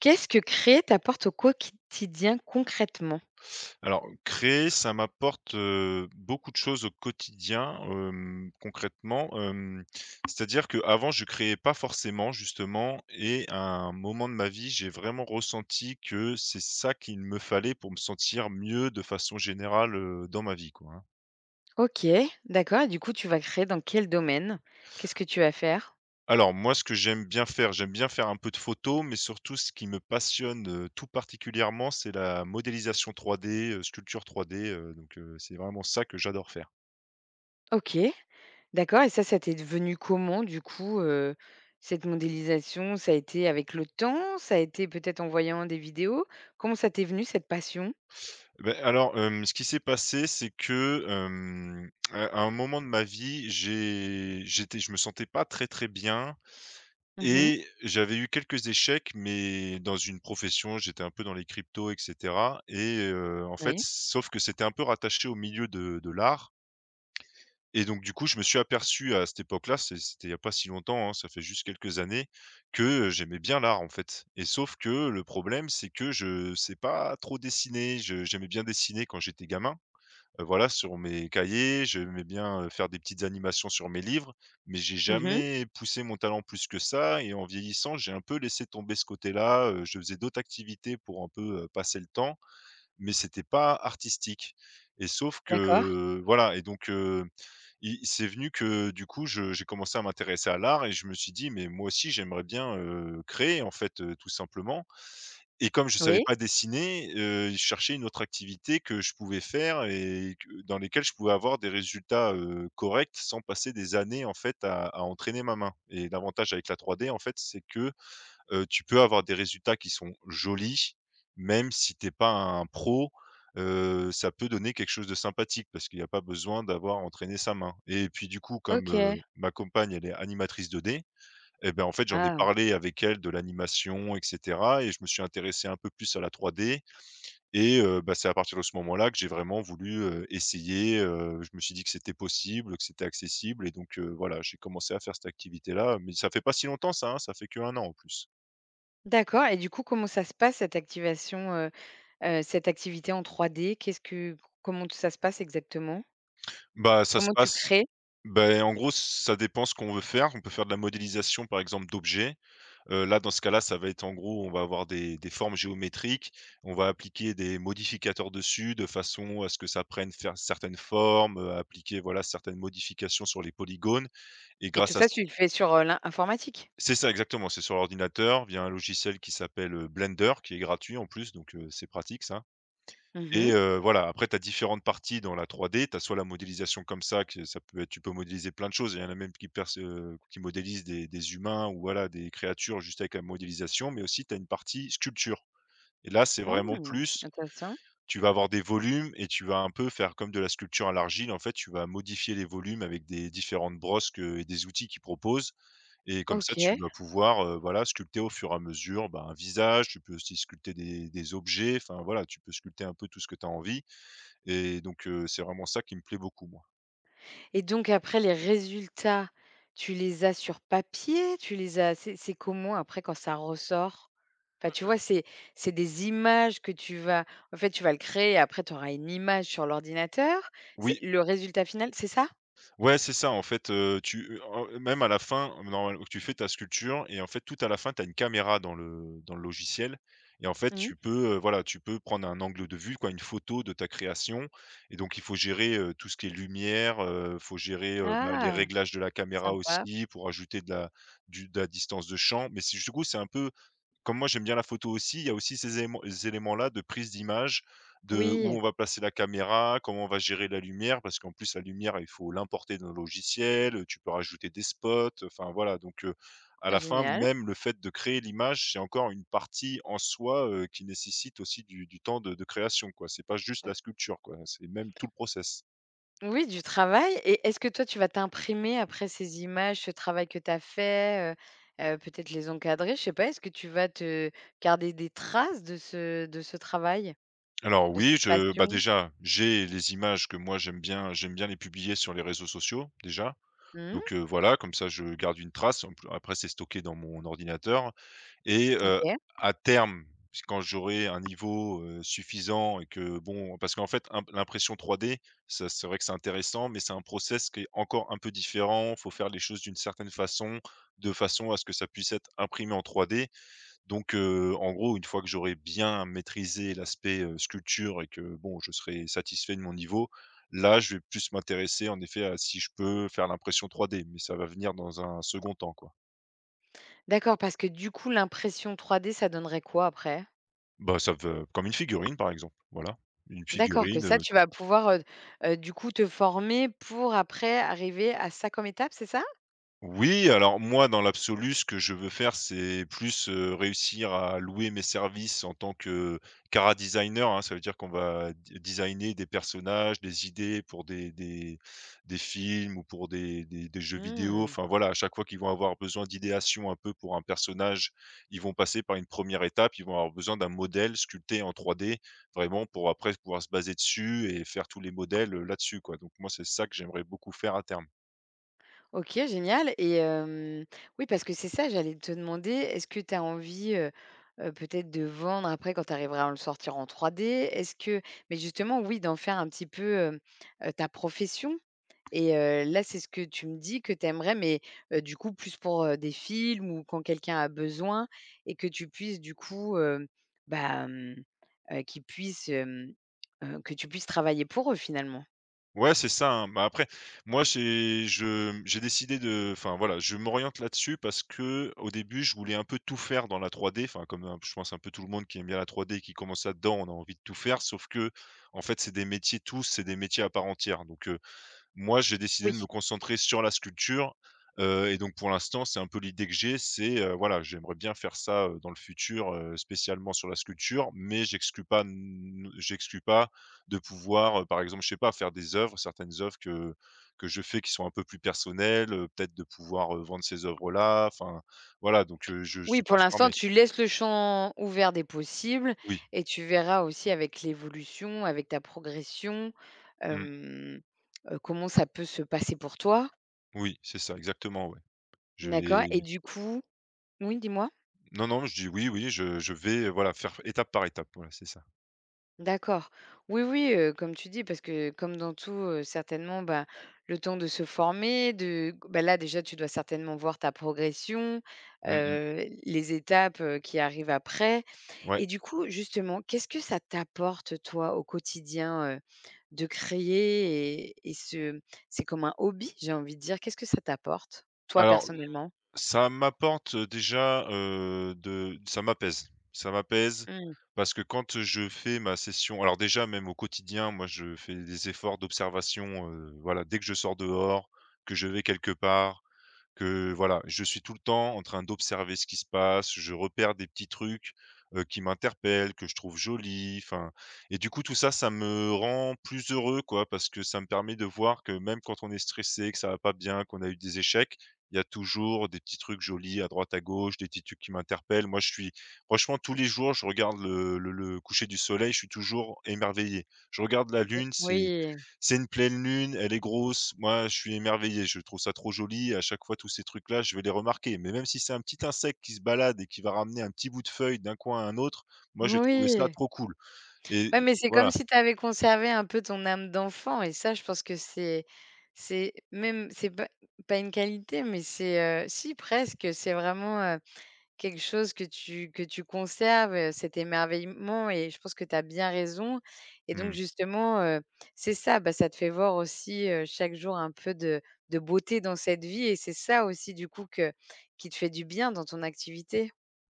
Qu'est-ce que créer t'apporte au quotidien concrètement? Alors, créer, ça m'apporte, beaucoup de choses au quotidien, concrètement, c'est-à-dire qu'avant, je créais pas forcément, justement et à un moment de ma vie, j'ai vraiment ressenti que c'est ça qu'il me fallait pour me sentir mieux de façon générale, dans ma vie, quoi, hein. OK, d'accord. Et du coup, tu vas créer dans quel domaine? Qu'est-ce que tu vas faire? Alors moi, ce que j'aime bien faire un peu de photos, mais surtout ce qui me passionne, tout particulièrement, c'est la modélisation 3D, sculpture 3D, donc c'est vraiment ça que j'adore faire. OK, d'accord. Et ça t'est venu comment du coup, cette modélisation? Ça a été avec le temps? Ça a été peut-être en voyant des vidéos? Comment ça t'est venu cette passion? Beh, alors, ce qui s'est passé, c'est que, à un moment de ma vie, j'ai j'étais je me sentais pas très, très bien Mmh. et j'avais eu quelques échecs, mais dans une profession, j'étais un peu dans les cryptos et cetera et en fait, Oui. sauf que c'était un peu rattaché au milieu de l'art. Et donc du coup, je me suis aperçu à cette époque-là, c'était il y a pas si longtemps, hein, ça fait juste quelques années, que j'aimais bien l'art, en fait. Et sauf que le problème, c'est que je sais pas trop dessiner. Je j'aimais bien dessiner quand j'étais gamin, voilà, sur mes cahiers. J'aimais bien, faire des petites animations sur mes livres, mais j'ai Mmh. jamais poussé mon talent plus que ça. Et en vieillissant, j'ai un peu laissé tomber ce côté-là, je faisais d'autres activités pour un peu, passer le temps, mais c'était pas artistique. Et sauf que D'accord. Voilà. Et donc i c'est venu que du coup, je j'ai commencé à m'intéresser à l'art et je me suis dit: «Mais moi aussi, j'aimerais bien, créer, en fait, tout simplement». Et comme je savais Oui. pas dessiner, je cherchais une autre activité que je pouvais faire et que dans lesquelles je pouvais avoir des résultats, corrects sans passer des années, en fait, à entraîner ma main. Et l'avantage avec la 3D, en fait, c'est que, tu peux avoir des résultats qui sont jolis, même si t'es pas un pro, ça peut donner quelque chose de sympathique parce qu'il n'y a pas besoin d'avoir entraîné sa main. Et puis, du coup, comme, OK. Ma compagne, elle est animatrice 2D. Et ben en fait, j'en ai Ah. parlé avec elle de l'animation et cetera, et je me suis intéressé un peu plus à la 3D. Et bah, c'est à partir de ce moment-là que j'ai vraiment voulu, essayer, je me suis dit que c'était possible, que c'était accessible. Et donc voilà, j'ai commencé à faire cette activité-là, mais ça fait pas si longtemps ça, hein, ça fait que un an en plus. D'accord. Et du coup, comment ça se passe cette activité en 3D? Qu'est-ce que Comment ça se passe exactement? Bah, ça se Comment tu passe. crées Ben en gros, ça dépend ce qu'on veut faire. On peut faire de la modélisation, par exemple, d'objets. Là, dans ce cas-là, ça va être en gros, on va avoir des formes géométriques, on va appliquer des modificateurs dessus de façon à ce que ça prenne faire certaines formes, appliquer, voilà, certaines modifications sur les polygones et et tout grâce à ça, cette. tu le fais sur, l'in informatique? C'est ça, exactement, c'est sur l'ordinateur via un logiciel qui s'appelle, Blender, qui est gratuit en plus, donc c'est pratique ça. Mmh mh. Et voilà, après tu as différentes parties dans la 3D. Tu as soit la modélisation comme ça, que ça peut être tu peux modéliser plein de choses. Il y en a même qui modélisent des humains ou voilà, des créatures juste avec la modélisation, mais aussi tu as une partie sculpture. Et là, c'est vraiment Mmh, plus intéressant. tu vas avoir des volumes et tu vas un peu faire comme de la sculpture à l'argile. En fait, tu vas modifier les volumes avec des différentes brosses que et des outils qu'ils proposent. Et comme ça, tu OK. vas pouvoir, voilà, sculpter au fur et à mesure, bah, un visage. Tu peux aussi sculpter des objets, enfin voilà, tu peux sculpter un peu tout ce que tu as envie. Et donc c'est vraiment ça qui me plaît beaucoup moi. Et donc après les résultats, tu les as sur papier? Tu les as C'est comment après quand ça ressort? Enfin, Heu, tu heu vois, c'est des images que tu vas en fait, tu vas le créer et après tu auras une image sur l'ordinateur? C'est Oui, le résultat final, c'est ça? ouais, c'est ça en fait, tu même à la fin, normal tu fais ta sculpture. Et en fait, tout à la fin, tu as une caméra dans le logiciel. Et en fait, Mmh. Tu peux prendre un angle de vue, quoi, une photo de ta création. Et donc il faut gérer, tout ce qui est lumière, faut gérer, bah, les Ah! réglages de la caméra Sympa. aussi pour ajouter de la distance de champ. Mais c'est du coup, c'est un peu comme moi j'aime bien la photo aussi, il y a aussi ces éléments-là de prise d'image, de où Oui, on va placer la caméra, comment on va gérer la lumière, parce qu'en plus la lumière, il faut l'importer dans le logiciel, tu peux rajouter des spots, enfin voilà donc à la fin, génial. même le fait de créer l'image, c'est encore une partie en soi, qui nécessite aussi du temps de création, quoi. C'est pas juste la sculpture, quoi, c'est même tout le process. Oui, du travail. Et est-ce que toi, tu vas t'imprimer après ces images, ce travail que tu as fait, peut-être les encadrer, je sais pas, est-ce que tu vas te garder des traces de ce travail, Alors de oui, cette je bah, passion? déjà, j'ai les images que moi j'aime bien les publier sur les réseaux sociaux déjà. Donc Mmh, voilà, comme ça je garde une trace. En pl Après c'est stocké dans mon ordinateur. Et OK. à terme, si, quand j'aurai un niveau, suffisant et que bon, parce qu'en fait imp l'impression 3D, ça, c'est vrai que c'est intéressant, mais c'est un process qui est encore un peu différent. Il faut faire les choses d'une certaine façon, de façon à ce que ça puisse être imprimé en 3D. Donc en gros, une fois que j'aurai bien maîtrisé l'aspect, sculpture, et que bon, je serai satisfait de mon niveau, là, je vais plus m'intéresser en effet à si je peux faire l'impression 3D, mais ça va venir dans un second temps, quoi. D'accord, parce que du coup, l'impression 3D, ça donnerait quoi après? Bah, ça peut comme une figurine, par exemple, voilà. Une D'accord, que ça, figurine. tu vas pouvoir, du coup, te former pour après arriver à ça comme étape, c'est ça? Oui, alors moi, dans l'absolu, ce que je veux faire, c'est plus, réussir à louer mes services en tant que cara designer, hein. Ça veut dire qu'on va d designer des personnages, des idées pour des films ou pour des jeux vidéo. Mmh. Enfin voilà, à chaque fois qu'ils vont avoir besoin d'idéation un peu pour un personnage, ils vont passer par une première étape. Ils vont avoir besoin d'un modèle sculpté en 3D, vraiment pour après pouvoir se baser dessus et faire tous les modèles, là-dessus, quoi. Donc moi, c'est ça que j'aimerais beaucoup faire à terme. OK, génial. Et oui, parce que c'est ça, j'allais te demander, est-ce que tu as envie, peut-être de vendre après quand tu arriveras à le sortir en 3D. Est-ce que Mais justement, oui, d'en faire un petit peu, ta profession. Et là, c'est ce que tu me dis que tu aimerais. Mais du coup, plus pour, des films ou quand quelqu'un a besoin et que tu puisses du coup, bah, hem, qu'ils puissent, hem, que tu puisses travailler pour eux, finalement? Ouais, c'est ça, hein. Bah, après, moi, j'ai décidé de, enfin, voilà, je m'oriente là-dessus parce que, au début, je voulais un peu tout faire dans la 3D, enfin, comme un je pense un peu tout le monde qui aime bien la 3D et qui commence là-dedans, on a envie de tout faire, sauf que, en fait, c'est des métiers tous, c'est des métiers à part entière. Donc moi, j'ai décidé Oui. de me concentrer sur la sculpture, et donc pour l'instant, c'est un peu l'idée que j'ai, c'est, voilà, j'aimerais bien faire ça, dans le futur, spécialement sur la sculpture, mais j'exclus pas de pouvoir, par exemple, je sais pas, faire des œuvres, certaines œuvres que je fais qui sont un peu plus personnelles, peut-être de pouvoir, vendre ces œuvres-là, enfin, voilà, donc je Oui, suis pas pour l'instant, fermé. tu laisses le champ ouvert des possibles. Oui, Et tu verras aussi avec l'évolution, avec ta progression, mmh, hem, comment ça peut se passer pour toi, oui, c'est ça, exactement, ouais. Je d'accord? Vais Oui, dis-moi? Non, non, je dis oui, oui, je vais, voilà, faire étape par étape, voilà, c'est ça. D'accord. Oui, oui, comme tu dis, parce que comme dans tout, certainement, bah, le temps de se former, de g bah, là, déjà, tu dois certainement voir ta progression, Mmh mh. Les étapes, qui arrivent après. Ouais. Et du coup, justement, qu'est-ce que ça t'apporte, toi, au quotidien, de créer et ce c'est comme un hobby, j'ai envie de dire. Qu'est-ce que ça t'apporte, toi, Alors, personnellement? ça m'apporte, déjà, de ça m'apaise. Ça m'apaise Mmh. parce que quand je fais ma session. Alors déjà, même au quotidien, moi, je fais des efforts d'observation, voilà, dès que je sors dehors, que je vais quelque part, que voilà, je suis tout le temps en train d'observer ce qui se passe, je repère des petits trucs, qui m'interpellent, que je trouve jolis, enfin. Et du coup tout ça, ça me rend plus heureux, quoi, parce que ça me permet de voir que même quand on est stressé, que ça va pas bien, qu'on a eu des échecs, il y a toujours des petits trucs jolis à droite, à gauche, des petits trucs qui m'interpellent. Moi, je suis franchement tous les jours, je regarde le coucher du soleil, je suis toujours émerveillé. Je regarde la lune, c'est Oui, c'est une pleine lune, elle est grosse. Moi, je suis émerveillé, je trouve ça trop joli. À chaque fois, tous ces trucs-là, je vais les remarquer. Mais même si c'est un petit insecte qui se balade et qui va ramener un petit bout de feuille d'un coin à un autre, moi, je vais trouver ça oui. trop cool Ouais, et mais c'est comme voilà. si tu avais conservé un peu ton âme d'enfant. Et ça, je pense que c'est pas une qualité, mais c'est, si presque, c'est vraiment, quelque chose que tu conserves, cet émerveillement. Et je pense que tu as bien raison. Et donc Mmh. justement, c'est ça, bah, ça te fait voir aussi, chaque jour un peu de beauté dans cette vie. Et c'est ça aussi du coup que qui te fait du bien dans ton activité?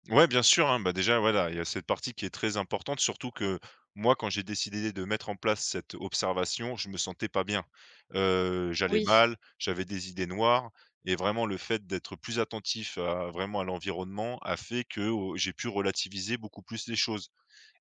Ouais, bien sûr, hein. Bah, déjà, voilà, il y a cette partie qui est très importante, surtout que moi, quand j'ai décidé de mettre en place cette observation, je me sentais pas bien. J'allais Oui. mal, j'avais des idées noires et vraiment le fait d'être plus attentif à vraiment à l'environnement a fait que, j'ai pu relativiser beaucoup plus les choses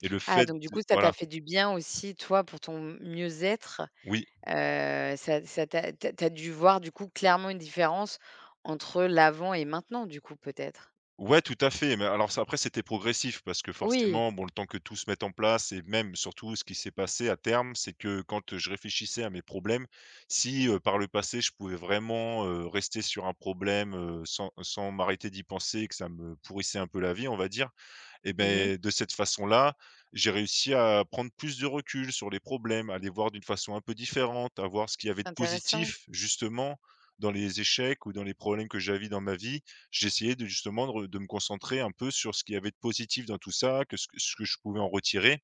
et le Ah fait donc du de coup, ça t'a voilà. fait du bien aussi toi pour ton mieux-être? Oui. Ça ça t'a Tu as dû voir du coup clairement une différence entre l'avant et maintenant du coup peut-être? Ouais, tout à fait, mais alors ça après c'était progressif parce que Oui. forcément, bon, le temps que tout se mette en place et même surtout ce qui s'est passé à terme, c'est que quand, je réfléchissais à mes problèmes, si, par le passé je pouvais vraiment, rester sur un problème, sans m'arrêter d'y penser et que ça me pourrissait un peu la vie, on va dire, et Mmh. beh, de cette façon-là, j'ai réussi à prendre plus de recul sur les problèmes, à les voir d'une façon un peu différente, à voir ce qu'il y avait de Intéressant. positif justement dans les échecs ou dans les problèmes que j'avais dans ma vie. J'essayais de justement de re de me concentrer un peu sur ce qu'il y avait de positif dans tout ça, que ce que je pouvais en retirer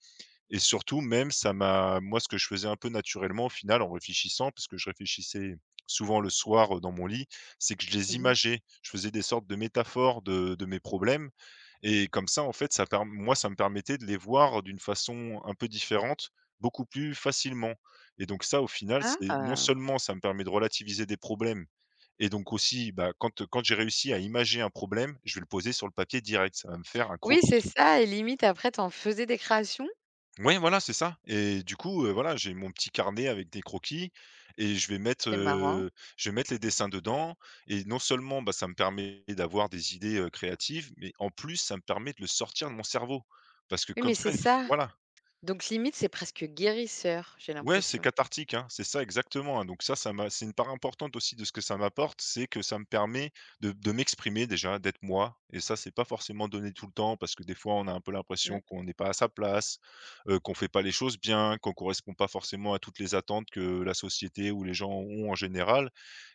et surtout même ça m'a moi ce que je faisais un peu naturellement au final en réfléchissant, parce que je réfléchissais souvent le soir, dans mon lit, c'est que je les Mmh. imageais. Je faisais des sortes de métaphores de mes problèmes et comme ça, en fait, ça per moi, ça me permettait de les voir d'une façon un peu différente, beaucoup plus facilement. Et donc ça, au final, c'est non Ah! seulement ça me permet de relativiser des problèmes et donc aussi, bah, quand j'ai réussi à imager un problème, je vais le poser sur le papier direct. Ça va me faire un Oui, croquis. c'est ça. Et limite après tu en faisais des créations? Ouais, voilà, c'est ça et du coup, voilà, j'ai mon petit carnet avec des croquis et C'est marrant. Je vais mettre les dessins dedans et non seulement, bah, ça me permet d'avoir des idées, créatives, mais en plus, ça me permet de le sortir de mon cerveau. Parce que Oui, comme mais ça, c'est ça. voilà. Donc limite c'est presque guérisseur, j'ai Ouais, c'est l'impression. cathartique, hein, c'est ça exactement, hein, donc ça m'a c'est une part importante aussi de ce que ça m'apporte, c'est que ça me permet de m'exprimer déjà, d'être moi et ça, c'est pas forcément donné tout le temps parce que des fois, on a un peu l'impression Mmh. qu'on n'est pas à sa place, qu'on fait pas les choses bien, qu'on correspond pas forcément à toutes les attentes que la société ou les gens ont en général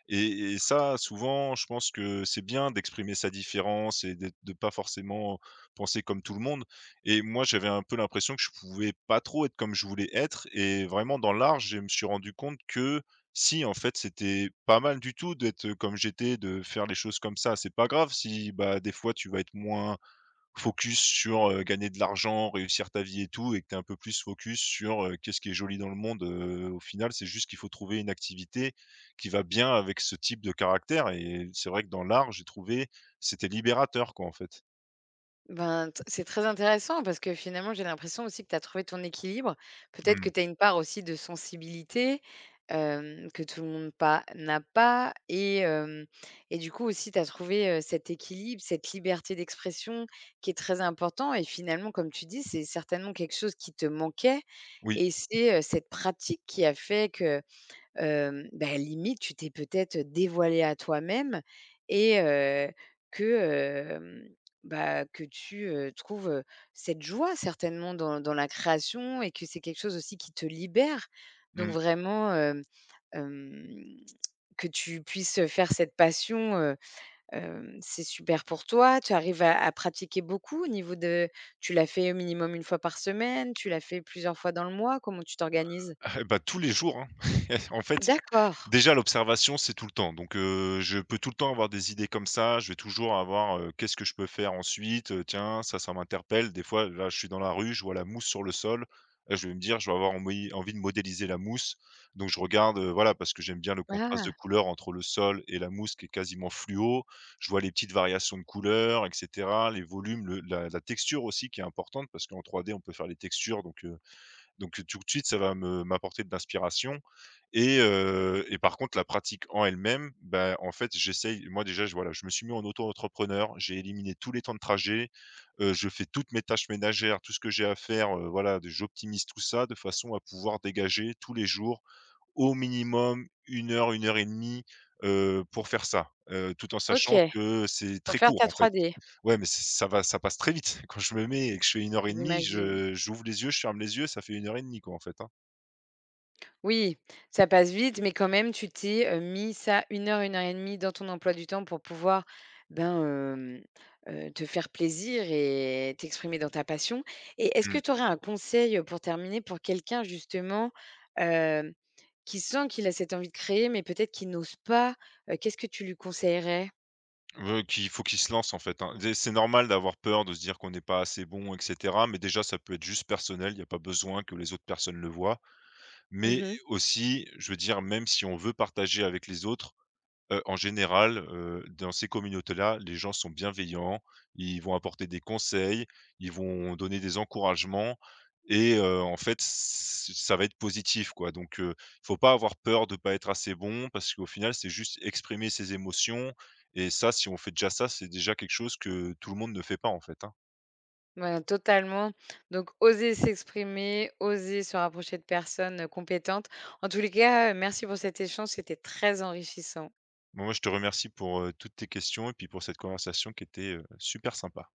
et ça, souvent, je pense que c'est bien d'exprimer sa différence et d'être de ne pas forcément penser comme tout le monde. Et moi, j'avais un peu l'impression que je pouvais pas trop être comme je voulais être et vraiment dans l'art, je me suis rendu compte que si, en fait, c'était pas mal du tout d'être comme j'étais, de faire les choses comme ça. C'est pas grave si, bah, des fois, tu vas être moins focus sur, gagner de l'argent, réussir ta vie et tout et que tu es un peu plus focus sur, qu'est-ce qui est joli dans le monde, au final, c'est juste qu'il faut trouver une activité qui va bien avec ce type de caractère et c'est vrai que dans l'art, j'ai trouvé c'était libérateur quoi, en fait. Ben, t c'est très intéressant parce que finalement, j'ai l'impression aussi que tu as trouvé ton équilibre. Peut-être que Mmh. tu as une part aussi de sensibilité, que tout le monde pas n'a pas et du coup aussi tu as trouvé, cet équilibre, cette liberté d'expression qui est très important. Et finalement, comme tu dis, c'est certainement quelque chose qui te manquait. Oui, Et c'est, cette pratique qui a fait que bah, limite, tu t'es peut-être dévoilé à toi-même. Et que, hem, bah, que tu trouves, cette joie certainement dans la création, et que c'est quelque chose aussi qui te libère. Donc mmh. vraiment, hem, que tu puisses faire cette passion, c'est super pour toi. Tu arrives à pratiquer beaucoup au niveau de tu l'as fait au minimum une fois par semaine? Tu l'as fait plusieurs fois dans le mois? Comment tu t'organises? Bah, tous les jours, hein. En fait D'accord. déjà l'observation, c'est tout le temps. Donc, je peux tout le temps avoir des idées comme ça. Je vais toujours avoir, qu'est-ce que je peux faire ensuite? Tiens, ça m'interpelle. Des fois, là, je suis dans la rue, je vois la mousse sur le sol. Je vais me dire: «Je vais avoir envie de modéliser la mousse». Donc je regarde, voilà, parce que j'aime bien le contraste de Ah, couleur entre le sol et la mousse qui est quasiment fluo. Je vois les petites variations de couleurs et cetera, les volumes, le la texture aussi qui est importante parce qu'en 3D, on peut faire les textures donc, tout de suite, ça va me m'apporter de l'inspiration et par contre la pratique en elle-même, ben en fait, j'essaye moi déjà, je voilà, je me suis mis en auto-entrepreneur, j'ai éliminé tous les temps de trajet, je fais toutes mes tâches ménagères, tout ce que j'ai à faire, voilà, j'optimise tout ça de façon à pouvoir dégager tous les jours, au minimum 1 heure, 1 heure et demie, pour faire ça, tout en OK. sachant que c'est Faut très faire court, ta en fait. 3D, Ouais, mais ç ça va ça passe très vite. Quand je me mets et que je fais 1 heure et demie, j'imagine. je j'ouvre les yeux, je ferme les yeux, ça fait 1 heure et demie, quoi, en fait, hein. Oui, ça passe vite, mais quand même, tu t'es, mis ça une heure et demie dans ton emploi du temps pour pouvoir, ben, te faire plaisir et t'exprimer dans ta passion. Et est-ce que Mmh. tu aurais un conseil, pour terminer, pour quelqu'un justement, hem, qui sent qu'il a cette envie de créer, mais peut-être qu'il n'ose pas? Qu'est-ce que tu lui conseillerais? Ouais, qu'il faut qu'il se lance en fait, hein. C'est normal d'avoir peur, de se dire qu'on n'est pas assez bon et cetera, mais déjà, ça peut être juste personnel, il y a pas besoin que les autres personnes le voient. Mais Mmh. aussi, je veux dire, même si on veut partager avec les autres, en général, dans ces communautés-là, les gens sont bienveillants, ils vont apporter des conseils, ils vont donner des encouragements et en fait, ç ça va être positif, quoi. Donc, faut pas avoir peur de pas être assez bon parce qu'au final, c'est juste exprimer ses émotions et ça, si on fait déjà ça, c'est déjà quelque chose que tout le monde ne fait pas, en fait, hein. Ouais, totalement. Donc, oser s'exprimer, oser se rapprocher de personnes compétentes. En tous les cas, merci pour cet échange, c'était très enrichissant. Bon, moi, je te remercie pour, toutes tes questions et puis pour cette conversation qui était, super sympa.